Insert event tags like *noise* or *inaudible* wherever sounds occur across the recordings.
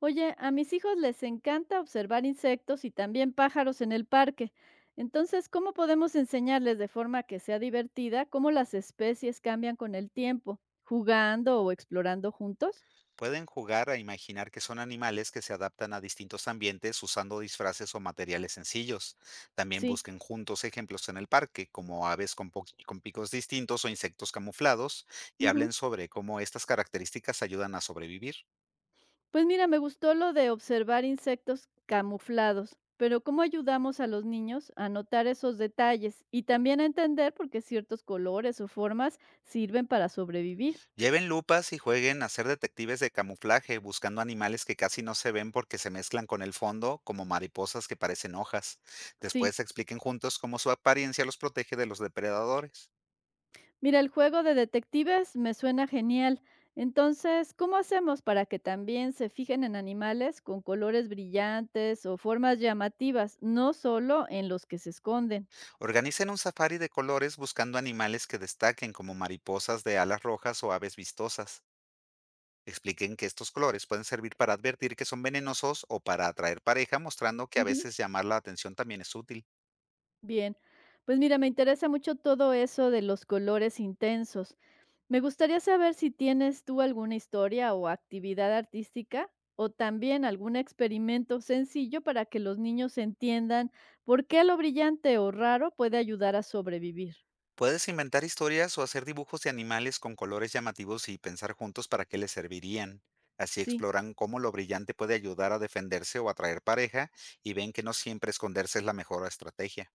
Oye, a mis hijos les encanta observar insectos y también pájaros en el parque. Entonces, ¿cómo podemos enseñarles de forma que sea divertida cómo las especies cambian con el tiempo, jugando o explorando juntos? Pueden jugar a imaginar que son animales que se adaptan a distintos ambientes usando disfraces o materiales sencillos. También Sí. busquen juntos ejemplos en el parque, como aves con picos distintos o insectos camuflados, y Ujú. hablen sobre cómo estas características ayudan a sobrevivir. Pues mira, me gustó lo de observar insectos camuflados, pero ¿cómo ayudamos a los niños a notar esos detalles y también a entender por qué ciertos colores o formas sirven para sobrevivir? Lleven lupas y jueguen a ser detectives de camuflaje, buscando animales que casi no se ven porque se mezclan con el fondo, como mariposas que parecen hojas. Sí. Después expliquen juntos cómo su apariencia los protege de los depredadores. Mira, el juego de detectives me suena genial. Entonces, ¿cómo hacemos para que también se fijen en animales con colores brillantes o formas llamativas, no solo en los que se esconden? Organicen un safari de colores buscando animales que destaquen como mariposas de alas rojas o aves vistosas. Expliquen que estos colores pueden servir para advertir que son venenosos o para atraer pareja, mostrando que a Ujú. veces llamar la atención también es útil. Bien, pues mira, me interesa mucho todo eso de los colores intensos. Me gustaría saber si tienes tú alguna historia o actividad artística o también algún experimento sencillo para que los niños entiendan por qué lo brillante o raro puede ayudar a sobrevivir. Puedes inventar historias o hacer dibujos de animales con colores llamativos y pensar juntos para qué les servirían. Así Sí. exploran cómo lo brillante puede ayudar a defenderse o atraer pareja y ven que no siempre esconderse es la mejor estrategia.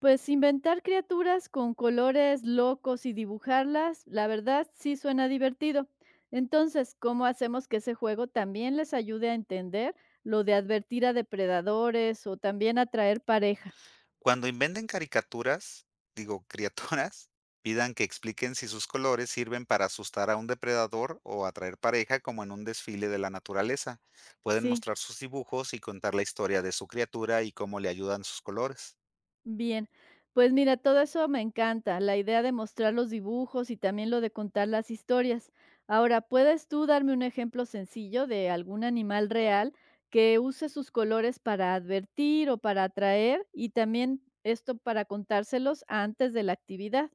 Pues inventar criaturas con colores locos y dibujarlas, la verdad sí suena divertido. Entonces, ¿cómo hacemos que ese juego también les ayude a entender lo de advertir a depredadores o también atraer pareja? Cuando inventen caricaturas, digo, criaturas, *laughs* pidan que expliquen si sus colores sirven para asustar a un depredador o atraer pareja, como en un desfile de la naturaleza. Pueden Sí. mostrar sus dibujos y contar la historia de su criatura y cómo le ayudan sus colores. Bien, pues mira, todo eso me encanta, la idea de mostrar los dibujos y también lo de contar las historias. Ahora, ¿puedes tú darme un ejemplo sencillo de algún animal real que use sus colores para advertir o para atraer y también esto para contárselos antes de la actividad?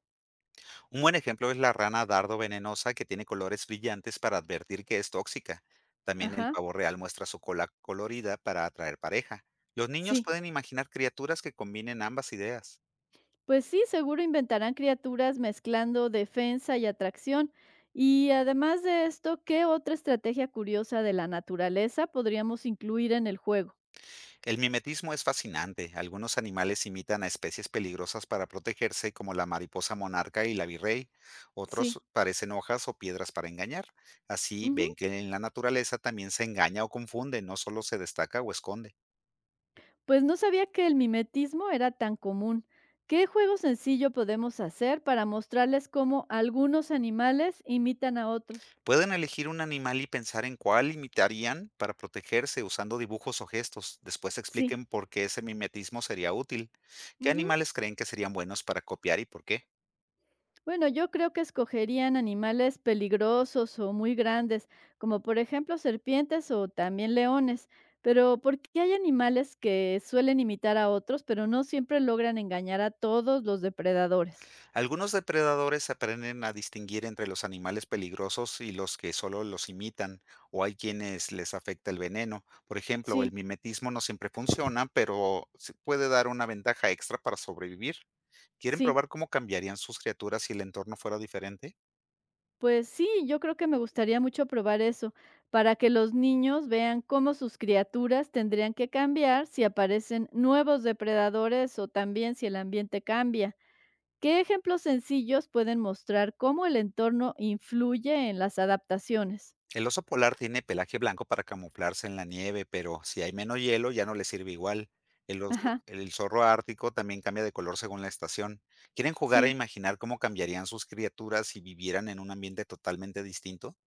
Un buen ejemplo es la rana dardo venenosa que tiene colores brillantes para advertir que es tóxica. También el Ajá, pavo real muestra su cola colorida para atraer pareja. Los niños sí. pueden imaginar criaturas que combinen ambas ideas. Pues sí, seguro inventarán criaturas mezclando defensa y atracción. Y además de esto, ¿qué otra estrategia curiosa de la naturaleza podríamos incluir en el juego? El mimetismo es fascinante. Algunos animales imitan a especies peligrosas para protegerse, como la mariposa monarca y la virrey. Sí, Otros parecen hojas o piedras para engañar. Así ven ujú. que en la naturaleza también se engaña o confunde, no solo se destaca o esconde. Pues no sabía que el mimetismo era tan común. ¿Qué juego sencillo podemos hacer para mostrarles cómo algunos animales imitan a otros? Pueden elegir un animal y pensar en cuál imitarían para protegerse usando dibujos o gestos. Después Sí. expliquen por qué ese mimetismo sería útil. ¿Qué Ujú. animales creen que serían buenos para copiar y por qué? Bueno, yo creo que escogerían animales peligrosos o muy grandes, como por ejemplo serpientes o también leones. Pero ¿por qué hay animales que suelen imitar a otros, pero no siempre logran engañar a todos los depredadores? Algunos depredadores aprenden a distinguir entre los animales peligrosos y los que solo los imitan, o hay quienes les afecta el veneno. Por ejemplo, el Sí, mimetismo no siempre funciona, pero se puede dar una ventaja extra para sobrevivir. ¿Quieren sí. probar cómo cambiarían sus criaturas si el entorno fuera diferente? Pues sí, yo creo que me gustaría mucho probar eso, para que los niños vean cómo sus criaturas tendrían que cambiar si aparecen nuevos depredadores o también si el ambiente cambia. ¿Qué ejemplos sencillos pueden mostrar cómo el entorno influye en las adaptaciones? El oso polar tiene pelaje blanco para camuflarse en la nieve, pero si hay menos hielo ya no le sirve igual. Ajá, El zorro ártico también cambia de color según la estación. ¿Quieren jugar a sí. imaginar cómo cambiarían sus criaturas si vivieran en un ambiente totalmente distinto?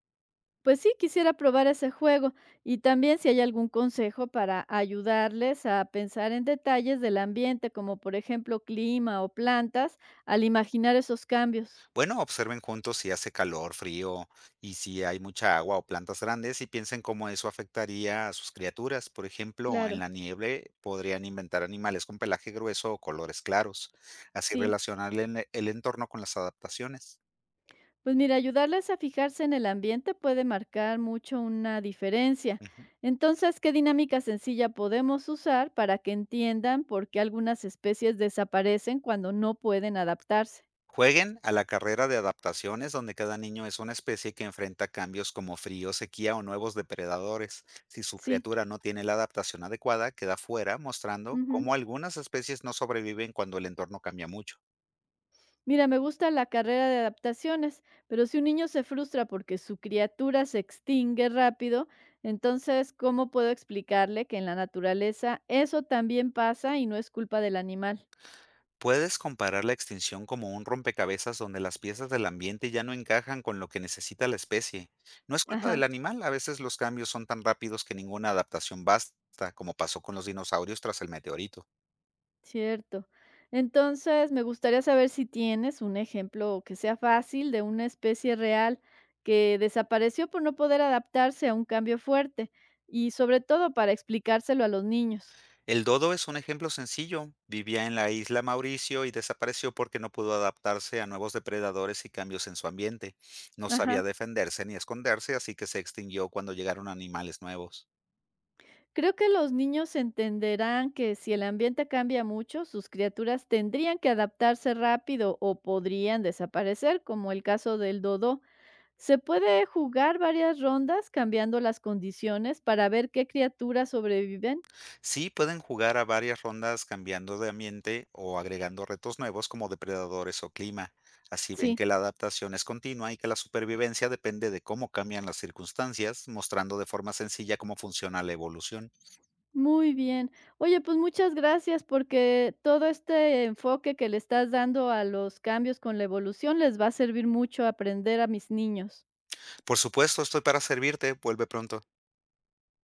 Pues sí, quisiera probar ese juego y también si hay algún consejo para ayudarles a pensar en detalles del ambiente, como por ejemplo clima o plantas, al imaginar esos cambios. Bueno, observen juntos si hace calor, frío y si hay mucha agua o plantas grandes, y piensen cómo eso afectaría a sus criaturas. Por ejemplo, en Claro. la nieve podrían inventar animales con pelaje grueso o colores claros. Así Sí, relacionar el entorno con las adaptaciones. pues mira, ayudarles a fijarse en el ambiente puede marcar mucho una diferencia. Ujú. Entonces, ¿qué dinámica sencilla podemos usar para que entiendan por qué algunas especies desaparecen cuando no pueden adaptarse? Jueguen a la carrera de adaptaciones, donde cada niño es una especie que enfrenta cambios como frío, sequía o nuevos depredadores. Si su Sí. criatura no tiene la adaptación adecuada, queda fuera, mostrando Ujú. cómo algunas especies no sobreviven cuando el entorno cambia mucho. Mira, me gusta la carrera de adaptaciones, pero si un niño se frustra porque su criatura se extingue rápido, entonces, ¿cómo puedo explicarle que en la naturaleza eso también pasa y no es culpa del animal? Puedes comparar la extinción como un rompecabezas donde las piezas del ambiente ya no encajan con lo que necesita la especie. No es culpa del Ajá. animal, a veces los cambios son tan rápidos que ninguna adaptación basta, como pasó con los dinosaurios tras el meteorito. Cierto. Entonces, me gustaría saber si tienes un ejemplo que sea fácil de una especie real que desapareció por no poder adaptarse a un cambio fuerte y sobre todo para explicárselo a los niños. El dodo es un ejemplo sencillo. Vivía en la isla Mauricio y desapareció porque no pudo adaptarse a nuevos depredadores y cambios en su ambiente. No sabía Ajá. defenderse ni esconderse, así que se extinguió cuando llegaron animales nuevos. Creo que los niños entenderán que si el ambiente cambia mucho, sus criaturas tendrían que adaptarse rápido o podrían desaparecer, como el caso del dodo. Se puede jugar varias rondas cambiando las condiciones para ver qué criaturas sobreviven. Sí, pueden jugar a varias rondas cambiando de ambiente o agregando retos nuevos como depredadores o clima. Así ven Sí. que la adaptación es continua y que la supervivencia depende de cómo cambian las circunstancias, mostrando de forma sencilla cómo funciona la evolución. Muy bien. Oye, pues muchas gracias porque todo este enfoque que le estás dando a los cambios con la evolución les va a servir mucho a aprender a mis niños. Por supuesto, estoy para servirte. Vuelve pronto.